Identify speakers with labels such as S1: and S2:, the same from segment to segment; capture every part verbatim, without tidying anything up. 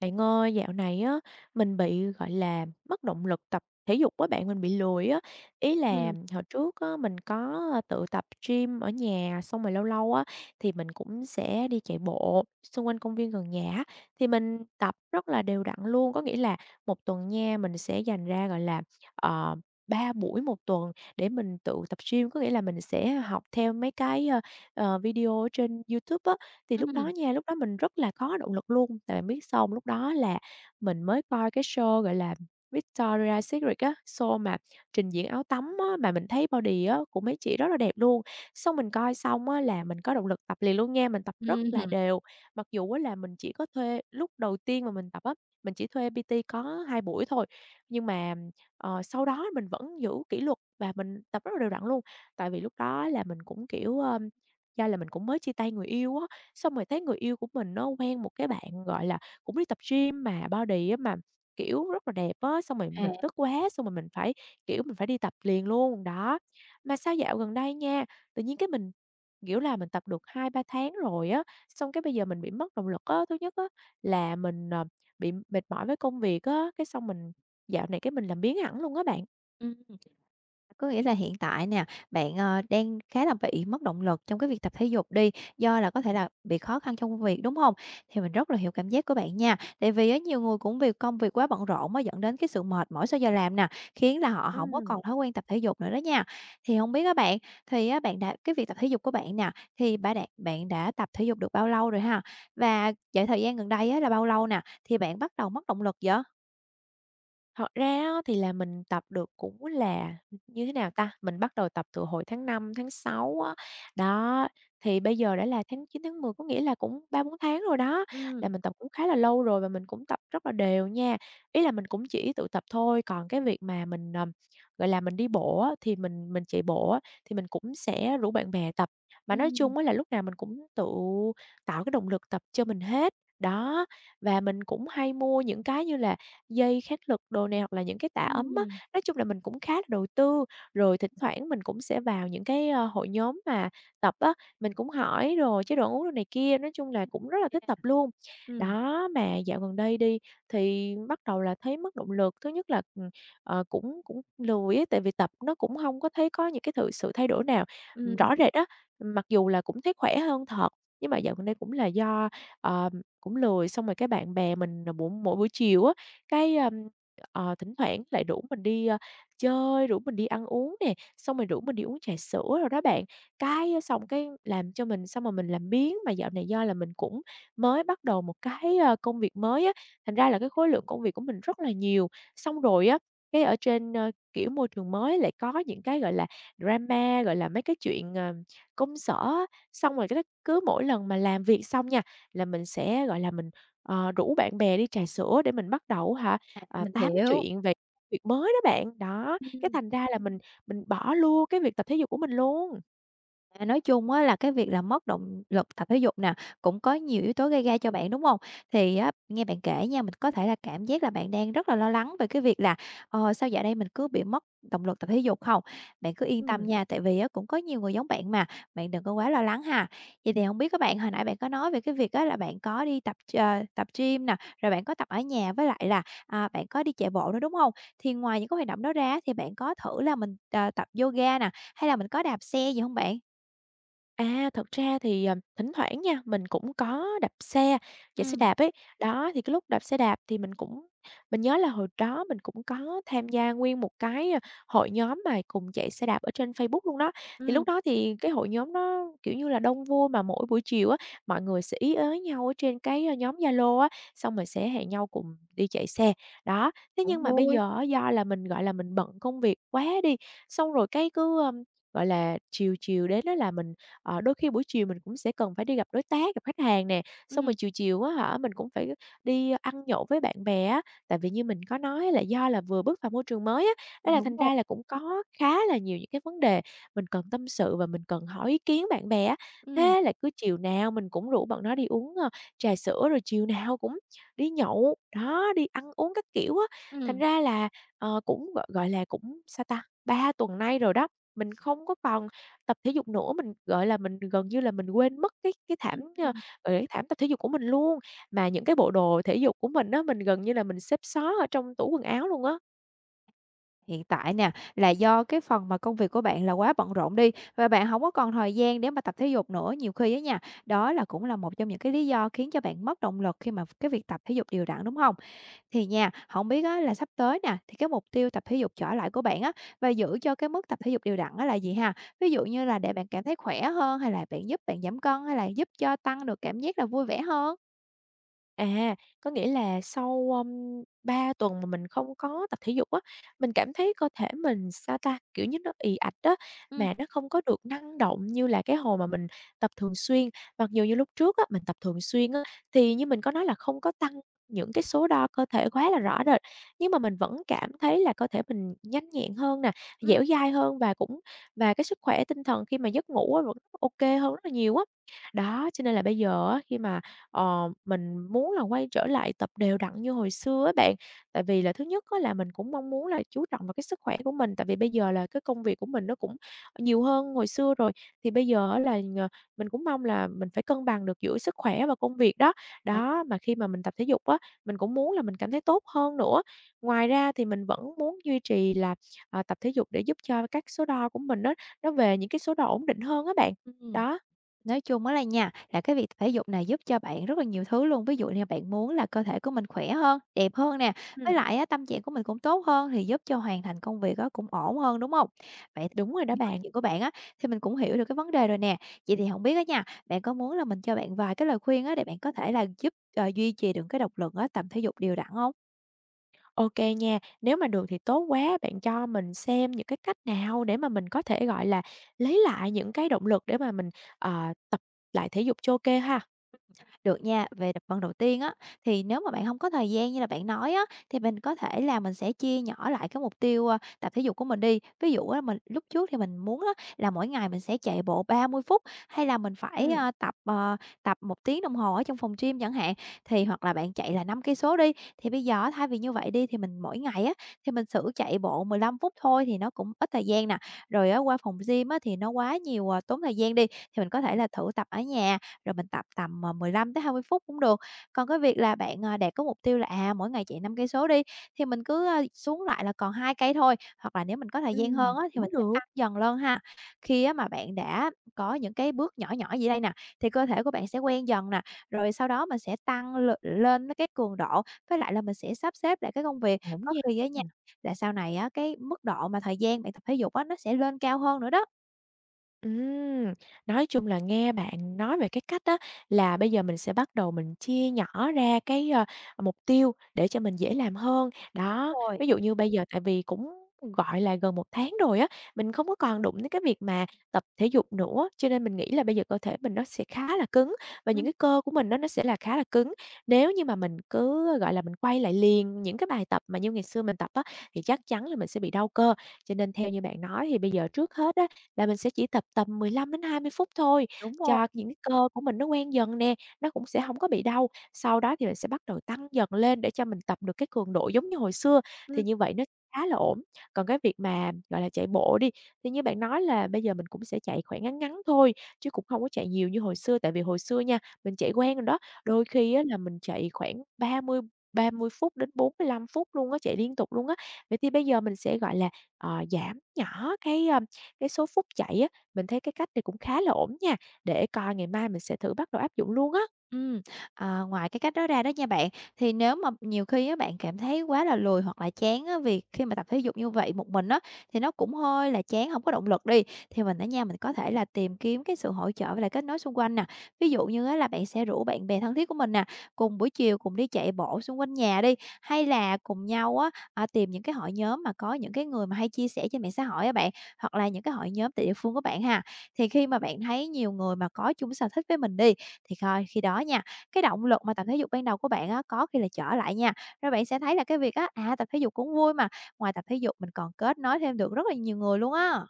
S1: Bạn ơi, dạo này á, mình bị, gọi là, mất động lực tập thể dục á bạn, mình bị lười á. Ý là
S2: Ừm,
S1: hồi trước á, mình có, ờ, tự tập gym ở nhà, xong rồi lâu lâu á, thì mình cũng sẽ đi chạy bộ xung quanh công viên gần nhà á, thì mình tập rất là đều đặn luôn. Có nghĩa là một tuần nha, mình sẽ dành ra, gọi là, ờ, ba buổi một tuần để mình tự tập gym. Có nghĩa là mình sẽ học theo mấy cái, ơ, ờ, video ở trên YouTube á, thì lúc đó
S2: ừm,
S1: nha, lúc đó mình rất là có động lực luôn, tại bạn biết sao hông? Lúc đó là mình mới coi cái show, gọi là, Victoria Secret á, show mà trình diễn áo tắm á, mà mình thấy body á của mấy chị rất là đẹp luôn. Xong mình coi xong á là mình có động lực tập liền luôn nha, mình tập rất là
S2: ừm,
S1: đều. Mặc dù á là mình chỉ có thuê lúc đầu tiên mà mình tập á, mình chỉ thuê pi ti có hai buổi thôi, nhưng mà, ờ, sau đó mình vẫn giữ kỷ luật và mình tập rất là đều đặn luôn. Tại vì lúc đó là mình cũng, kiểu, ơ do là mình cũng mới chia tay người yêu á. Xong rồi thấy người yêu của mình nó quen một cái bạn, gọi là, cũng đi tập gym mà body á mà, kiểu, rất là đẹp á, xong rồi mình
S2: à,
S1: tức quá, xong rồi mình phải, kiểu, mình phải đi tập liền luôn, đó. Mà sao dạo gần đây nha, tự nhiên cái mình, kiểu là, mình tập được hai ba tháng rồi á, xong cái bây giờ mình bị mất động lực á. Thứ nhất á là mình, ờ, bị mệt mỏi với công việc á, cái xong mình dạo này cái mình làm biếng hẳn luôn á bạn.
S2: ừm. Có nghĩa là hiện tại nè, bạn, ờ, đang khá là bị mất động lực trong cái việc tập thể dục đi, do là có thể là bị khó khăn trong công việc, đúng hông? Thì mình rất là hiểu cảm giác của bạn nha, tại vì á nhiều người cũng vì công việc quá bận rộn á dẫn đến cái sự mệt mỏi sau giờ làm nè, khiến là họ hổng có
S1: Ừm.
S2: còn thói quen tập thể dục nữa đó nha. Thì hông biết á bạn, thì á bạn đã cái việc tập thể dục của bạn nè, thì ba đạn bạn đã tập thể dục được bao lâu rồi ha? Và vậy thời gian gần đây á là bao lâu nè, thì bạn bắt đầu mất động lực vậy?
S1: Thật ra á thì là mình tập được cũng là như thế nào ta? Mình bắt đầu tập từ hồi tháng năm tháng sáu á. Đó, thì bây giờ đã là tháng chín tháng mười có nghĩa là cũng ba bốn tháng rồi đó, là
S2: Ừm,
S1: mình tập cũng khá là lâu rồi và mình cũng tập rất là đều nha. Ý là mình cũng chỉ tự tập thôi, còn cái việc mà mình, ờm, gọi là, mình đi bộ á, thì mình mình chạy bộ á, thì mình cũng sẽ rủ bạn bè tập. Mà nói
S2: ừm.
S1: chung á là lúc nào mình cũng tự tạo cái động lực tập cho mình hết. Đó, và mình cũng hay mua những cái như là dây kháng lực đồ này hoặc là những cái tà ấm á.
S2: Ừm.
S1: Nói chung là mình cũng khá là đầu tư, rồi thỉnh thoảng mình cũng sẽ vào những cái, ơ, hội nhóm mà tập á, mình cũng hỏi rồi chế độ ăn uống đồ này kia, nói chung là cũng rất là thích
S2: Yeah.
S1: tập luôn.
S2: Ừm,
S1: Đó, mà dạo gần đây đi thì bắt đầu là thấy mất động lực, thứ nhất là, ừm, ờ, cũng cũng lười á, tại vì tập nó cũng không có thấy có những cái thự sự thay đổi nào, ừm,
S2: ừm,
S1: rõ rệt á. Mặc dù là cũng thấy khỏe hơn thật, nhưng mà dạo gần đây cũng là do, ờ, cũng lười, xong rồi cái bạn bè mình là buổi mỗi buổi chiều á, cái, ờm, ờ, thỉnh thoảng lại rủ mình đi, ơ, chơi, rủ mình đi ăn uống nè, xong rồi rủ mình đi uống trà sữa rồi đó bạn. Cái ờ, xong cái làm cho mình xong mà mình làm biếng, mà dạo này do là mình cũng mới bắt đầu một cái, ơ, công việc mới á, thành ra là cái khối lượng công việc của mình rất là nhiều. Xong rồi á, cái ở trên, ơ, kiểu, môi trường mới lại có những cái, gọi là, drama, gọi là, mấy cái chuyện, ờ, công sở á, xong rồi cái cứ mỗi lần mà làm việc xong nha, là mình sẽ, gọi là, mình Ờ, rủ bạn bè đi trà sữa để mình bắt đầu hả, à,
S2: mình
S1: tám
S2: hiểu.
S1: chuyện về việc mới đó bạn. Đó, cái
S2: Ừm.
S1: thành ra là mình mình bỏ luôn cái việc tập thể dục của mình luôn.
S2: À, nói chung á là cái việc là mất động lực tập thể dục nè, cũng có nhiều yếu tố gây ra cho bạn, đúng không? Thì á, nghe bạn kể nha, mình có thể là cảm giác là bạn đang rất là lo lắng về cái việc là, ờ, sao dạo đây mình cứ bị mất động lực tập thể dục không? Bạn cứ yên tâm
S1: Ừm.
S2: nha, tại vì á cũng có nhiều người giống bạn mà, bạn đừng có quá lo lắng ha. Vậy thì không biết các bạn, hồi nãy bạn có nói về cái việc á là bạn có đi tập ờ, tập gym nè, rồi bạn có tập ở nhà với lại là, à, bạn có đi chạy bộ nữa, đúng không? Thì ngoài những cái hoạt động đó ra thì bạn có thử là mình, ờ, tập yoga nè, hay là mình có đạp xe gì không bạn?
S1: À, thật ra thì, ờ, thỉnh thoảng nha, mình cũng có đạp xe, chạy xe
S2: Ừm,
S1: đạp ấy. Đó, thì cái lúc đạp xe đạp thì mình cũng mình nhớ là hồi đó mình cũng có tham gia nguyên một cái, a, hội nhóm mà cùng chạy xe đạp ở trên Facebook luôn đó. Thì
S2: ừm.
S1: lúc đó thì cái hội nhóm nó, kiểu như là, đông vui mà mỗi buổi chiều á, mọi người sẽ ý ới nhau ở trên cái, ơ, nhóm Zalo á, xong rồi sẽ hẹn nhau cùng đi chạy xe. Đó, thế nhưng
S2: Cũng
S1: mà bây
S2: vui.
S1: giờ á, do là mình, gọi là, mình bận công việc quá đi, xong rồi cái cứ, ơm, gọi là, chiều chiều đến đó là mình Ờ, đôi khi buổi chiều mình cũng sẽ cần phải đi gặp đối tác, gặp khách hàng nè, xong rồi
S2: Ừm.
S1: chiều chiều á hả, mình cũng phải đi ăn nhậu với bạn bè á. Tại vì như mình có nói là do là vừa bước vào môi trường mới á, nên là
S2: Đúng
S1: thành
S2: rồi.
S1: ra là cũng có khá là nhiều những cái vấn đề mình cần tâm sự và mình cần hỏi ý kiến bạn bè á.
S2: Ừm,
S1: Thế là cứ chiều nào mình cũng rủ bọn nó đi uống, ơ, trà sữa, rồi chiều nào cũng đi nhậu, đó, đi ăn uống các kiểu á. Thành
S2: ừm,
S1: ra là, ờ, cũng, gọi gọi là, cũng, sao ta, ba tuần nay rồi đó, mình không có còn tập thể dục nữa, mình, gọi là, mình gần như là mình quên mất cái cái thảm,
S2: ừm,
S1: ơ, gọi
S2: ừm.
S1: cái thảm tập thể dục của mình luôn. Mà những cái bộ đồ thể dục của mình á, mình gần như là mình xếp xó ở trong tủ quần áo luôn á.
S2: Hiện tại nè, là do cái phần mà công việc của bạn là quá bận rộn đi, và bạn hổng có còn thời gian để mà tập thể dục nữa. Nhiều khi á nha, đó là cũng là một trong những cái lý do khiến cho bạn mất động lực khi mà cái việc tập thể dục đều đặn, đúng hông? Thì nha, hổng biết á là sắp tới nè, thì cái mục tiêu tập thể dục trở lại của bạn á, và giữ cho cái mức tập thể dục đều đặn á là gì ha? Ví dụ như là để bạn cảm thấy khỏe hơn, hay là bạn giúp bạn giảm cân, hay là giúp cho tăng được cảm giác là vui vẻ hơn?
S1: À, có nghĩa là sau, ưm, ba tuần mà mình không có tập thể dục á, mình cảm thấy cơ thể mình, sao ta, kiểu như, nó ì ạch đó
S2: Ừm,
S1: mà nó không có được năng động như là cái hồi mà mình tập thường xuyên. Mặc dù như lúc trước á, mình tập thường xuyên á, thì như mình có nói là không có tăng những cái số đo cơ thể quá là rõ rệt, nhưng mà mình vẫn cảm thấy là cơ thể mình nhanh nhẹn hơn nè,
S2: ừm.
S1: dẻo dai hơn và cũng và cái sức khỏe tinh thần khi mà giấc ngủ á vẫn ô hơn rất là nhiều á. Đó, cho nên là bây giờ á, khi mà Ờ, mình muốn là quay trở lại tập đều đặn như hồi xưa á bạn. Tại vì là thứ nhất á là mình cũng mong muốn là chú trọng vào cái sức khỏe của mình, tại vì bây giờ là cái công việc của mình nó cũng nhiều hơn hồi xưa rồi. Thì bây giờ á là nhờ mình cũng mong là mình phải cân bằng được giữa sức khỏe và công việc đó. Đó, mà khi mà mình tập thể dục á, mình cũng muốn là mình cảm thấy tốt hơn nữa. Ngoài ra thì mình vẫn muốn duy trì là, ờ, tập thể dục để giúp cho các số đo của mình nó nó về những cái số đo ổn định hơn á bạn.
S2: Ừm,
S1: Đó,
S2: nói chung á là nha, là cái việc thể dục này giúp cho bạn rất là nhiều thứ luôn. Ví dụ như bạn muốn là cơ thể của mình khỏe hơn, đẹp hơn nè,
S1: ừm,
S2: với lại á, tâm trạng của mình cũng tốt hơn thì giúp cho hoàn thành công việc á, cũng ổn hơn, đúng không? Vậy thì
S1: đúng rồi đó
S2: những câu
S1: bạn.
S2: chuyện của bạn á, thì mình cũng hiểu được cái vấn đề rồi nè. Vậy thì không biết á nha, bạn có muốn là mình cho bạn vài cái lời khuyên á, để bạn có thể là giúp, ờ, duy trì được cái động lực á, tập thể dục đều đặn không?
S1: OK nha, nếu mà được thì tốt quá, bạn cho mình xem những cái cách nào để mà mình có thể, gọi là, lấy lại những cái động lực để mà mình, ờ, tập lại thể dục cho ô ha.
S2: Được nha, về đập phần đầu tiên á, thì nếu mà bạn không có thời gian như là bạn nói á, thì mình có thể là mình sẽ chia nhỏ lại cái mục tiêu, ơ, tập thể dục của mình đi. Ví dụ á, mình lúc trước thì mình muốn á, là mỗi ngày mình sẽ chạy bộ ba mươi phút, hay là mình phải,
S1: Ừ.
S2: ơ, tập, ờ, tập một tiếng đồng hồ ở trong phòng gym chẳng hạn, thì hoặc là bạn chạy là năm cây số đi. Thì bây giờ á, thay vì như vậy đi, thì mình mỗi ngày á, thì mình thử chạy bộ mười lăm phút thôi thì nó cũng ít thời gian nè. Rồi á, qua phòng gym á, thì nó quá nhiều, ờ, tốn thời gian đi, thì mình có thể là thử tập ở nhà rồi mình tập tầm, ờ, mười lăm tới hai mươi phút cũng được. Còn cái việc là bạn, ờ, đạt có mục tiêu là, à, mỗi ngày chạy năm cây số đi, thì mình cứ, ơ, xuống lại là còn hai cây thôi, hoặc là nếu mình có thời gian
S1: Ừm,
S2: hơn á, thì
S1: cũng
S2: mình sẽ
S1: được,
S2: tăng dần lên ha. Khi á mà bạn đã có những cái bước nhỏ nhỏ gì đây nè, thì cơ thể của bạn sẽ quen dần nè, rồi sau đó mình sẽ tăng l lên cái cường độ, với lại là mình sẽ sắp xếp lại cái công việc.
S1: ổn
S2: Có
S1: nha.
S2: khi á nha, là sau này á, cái mức độ mà thời gian bạn tập thể dục á, nó sẽ lên cao hơn nữa đó.
S1: Ừm, nói chung là nghe bạn nói về cái cách đó là bây giờ mình sẽ bắt đầu mình chia nhỏ ra cái, ơ, mục tiêu để cho mình dễ làm hơn.
S2: Đúng
S1: Đó,
S2: rồi.
S1: ví dụ như bây giờ tại vì cũng, gọi là, gần một tháng rồi á, mình không có còn đụng đến cái việc mà tập thể dục nữa, cho nên mình nghĩ là bây giờ cơ thể mình nó sẽ khá là cứng và những
S2: Ừm.
S1: cái cơ của mình nó nó sẽ là khá là cứng. Nếu như mà mình cứ, ờ, gọi là, mình quay lại liền những cái bài tập mà như ngày xưa mình tập á, thì chắc chắn là mình sẽ bị đau cơ. Cho nên theo như bạn nói thì bây giờ trước hết á là mình sẽ chỉ tập tầm mười lăm đến hai mươi phút thôi,
S2: Đúng rồi.
S1: cho những cái cơ của mình nó quen dần nè, nó cũng sẽ hổng có bị đau. Sau đó thì mình sẽ bắt đầu tăng dần lên để cho mình tập được cái cường độ giống như hồi xưa, thì
S2: Ừm.
S1: như vậy nó khá là ổn. Còn cái việc mà, gọi là, chạy bộ đi, thì như bạn nói là bây giờ mình cũng sẽ chạy khoảng ngắn ngắn thôi, chứ cũng không có chạy nhiều như hồi xưa, tại vì hồi xưa nha, mình chạy quen rồi đó, đôi khi á là mình chạy khoảng 30 30 phút đến bốn lăm phút luôn á, chạy liên tục luôn á. Vậy thì bây giờ mình sẽ, gọi là, ờ, giảm nhỏ cái, a, cái số phút chạy á, mình thấy cái cách này cũng khá là ổn nha, để coi ngày mai mình sẽ thử bắt đầu áp dụng luôn á.
S2: Ừm, à, ngoài cái cách đó ra đó nha bạn, thì nếu mà nhiều khi á bạn cảm thấy quá là lười hoặc là chán á, vì khi mà tập thể dục như vậy một mình á, thì nó cũng hơi là chán, không có động lực đi, thì mình á nha, mình có thể là tìm kiếm cái sự hỗ trợ và là kết nối xung quanh nè. Ví dụ như á là bạn sẽ rủ bạn bè thân thiết của mình nè, cùng buổi chiều cùng đi chạy bộ xung quanh nhà đi, hay là cùng nhau á, à, tìm những cái hội nhóm mà có những cái người mà hay chia sẻ trên mạng xã hội á bạn, hoặc là những cái hội nhóm tại địa phương của bạn ha. Thì khi mà bạn thấy nhiều người mà có chung sở thích với mình đi, thì coi khi đó nha, cái động lực mà tập thể dục ban đầu của bạn á, có khi là trở lại nha, rồi bạn sẽ thấy là cái việc á, à, tập thể dục cũng vui mà, ngoài tập thể dục mình còn kết nối thêm được rất là nhiều người luôn á.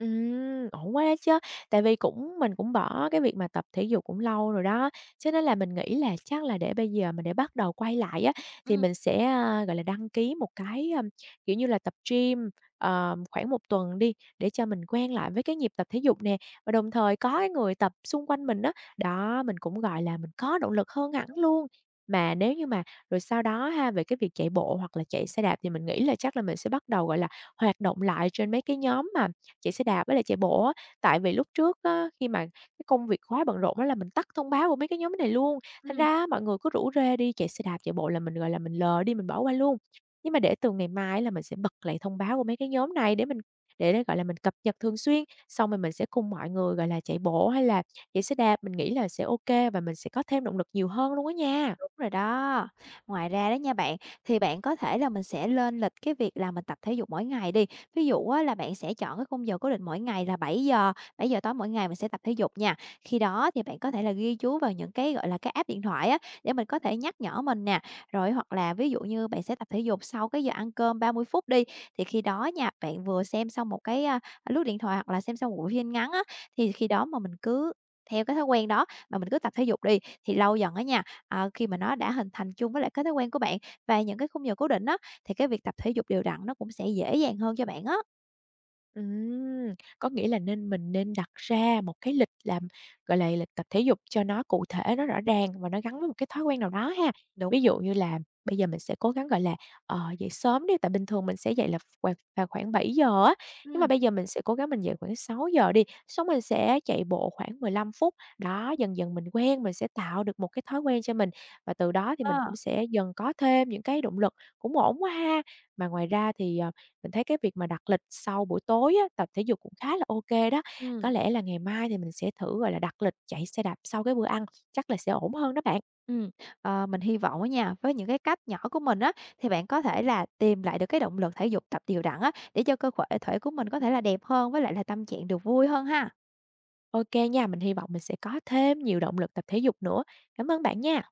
S1: Ừm, ổn quá đó chớ! Tại vì cũng mình cũng bỏ cái việc mà tập thể dục cũng lâu rồi đó, cho nên là mình nghĩ là chắc là để bây giờ mình để bắt đầu quay lại á, thì
S2: Ừm,
S1: mình sẽ, a, gọi là, đăng ký một cái, ờm, kiểu như là, tập gym, ờ, khoảng một tuần đi, để cho mình quen lại với cái nhịp tập thể dục nè, và đồng thời có cái người tập xung quanh mình đó. Đó, mình cũng, gọi là, mình có động lực hơn hẳn luôn. Mà nếu như mà rồi sau đó ha, về cái việc chạy bộ hoặc là chạy xe đạp thì mình nghĩ là chắc là mình sẽ bắt đầu, gọi là, hoạt động lại trên mấy cái nhóm mà chị sẽ đạp với lại chạy bộ á. Tại vì lúc trước á, khi mà cái công việc quá bận rộn đó là mình tắt thông báo của mấy cái nhóm này luôn, thành ra
S2: ừm.
S1: á mọi người cứ rủ rê đi chạy xe đạp, chạy bộ là mình, gọi là, mình lờ đi, mình bỏ qua luôn. Nhưng mà để từ ngày mai á là mình sẽ bật lại thông báo của mấy cái nhóm này để mình để nó, gọi là, mình cập nhật thường xuyên, xong rồi mình sẽ cùng mọi người, gọi là, chạy bộ hay là chạy xe đạp, mình nghĩ là sẽ ok và mình sẽ có thêm động lực nhiều hơn luôn á nha.
S2: Đúng rồi đó. Ngoài ra đó nha bạn, thì bạn có thể là mình sẽ lên lịch cái việc là mình tập thể dục mỗi ngày đi. Ví dụ á, là bạn sẽ chọn cái khung giờ cố định mỗi ngày là bảy giờ, bảy giờ tối mỗi ngày mình sẽ tập thể dục nha. Khi đó thì bạn có thể là ghi chú vào những cái, gọi là, cái app điện thoại á, để mình có thể nhắc nhở mình nè. Rồi hoặc là ví dụ như bạn sẽ tập thể dục sau cái giờ ăn cơm ba mươi phút đi, thì khi đó nha, bạn vừa xem xong một cái, a, à, lướt điện thoại hoặc là xem xong một bộ phim ngắn á, thì khi đó mà mình cứ theo cái thói quen đó mà mình cứ tập thể dục đi, thì lâu dần á nha Ờ, Khi mà nó đã hình thành chung với lại cái thói quen của bạn và những cái khung giờ cố định á, thì cái việc tập thể dục đều đặn nó cũng sẽ dễ dàng hơn cho bạn á.
S1: Ừm, có nghĩa là nên mình nên đặt ra một cái lịch làm, gọi là, lịch tập thể dục cho nó cụ thể, nó rõ ràng và nó gắn với một cái thói quen nào đó ha.
S2: Đúng
S1: Ví
S2: không?
S1: dụ như là bây giờ mình sẽ cố gắng, gọi là, ờ, dậy sớm đi, tại bình thường mình sẽ dậy là khoảng vào khoảng bảy giờ á, nhưng mà
S2: Ừm,
S1: bây giờ mình sẽ cố gắng mình dậy khoảng sáu giờ đi, xong mình sẽ chạy bộ khoảng mười lăm phút. Đó, dần dần mình quen, mình sẽ tạo được một cái thói quen cho mình và từ đó thì mình
S2: ờ,
S1: cũng sẽ dần có thêm những cái động lực, cũng ổn quá ha. Mà ngoài ra thì, ờ mình thấy cái việc mà đặt lịch sau buổi tối á, tập thể dục cũng khá là ok đó. Có
S2: ừm,
S1: lẽ là ngày mai thì mình sẽ thử, gọi là, đặt lịch chạy xe đạp sau cái bữa ăn, chắc là sẽ ổn hơn đó bạn.
S2: ừm, ờ, mình hy vọng á nha, với những cái cách nhỏ của mình á, thì bạn có thể
S1: Ừm,
S2: là tìm lại được cái động lực thể dục tập đều đặn á, để cho cơ khỏe thể của mình có thể là đẹp hơn với lại là tâm trạng được vui hơn ha.
S1: ô nha, mình hy vọng mình sẽ có thêm nhiều động lực tập thể dục nữa. Cảm ơn bạn nha.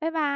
S2: Bye bye.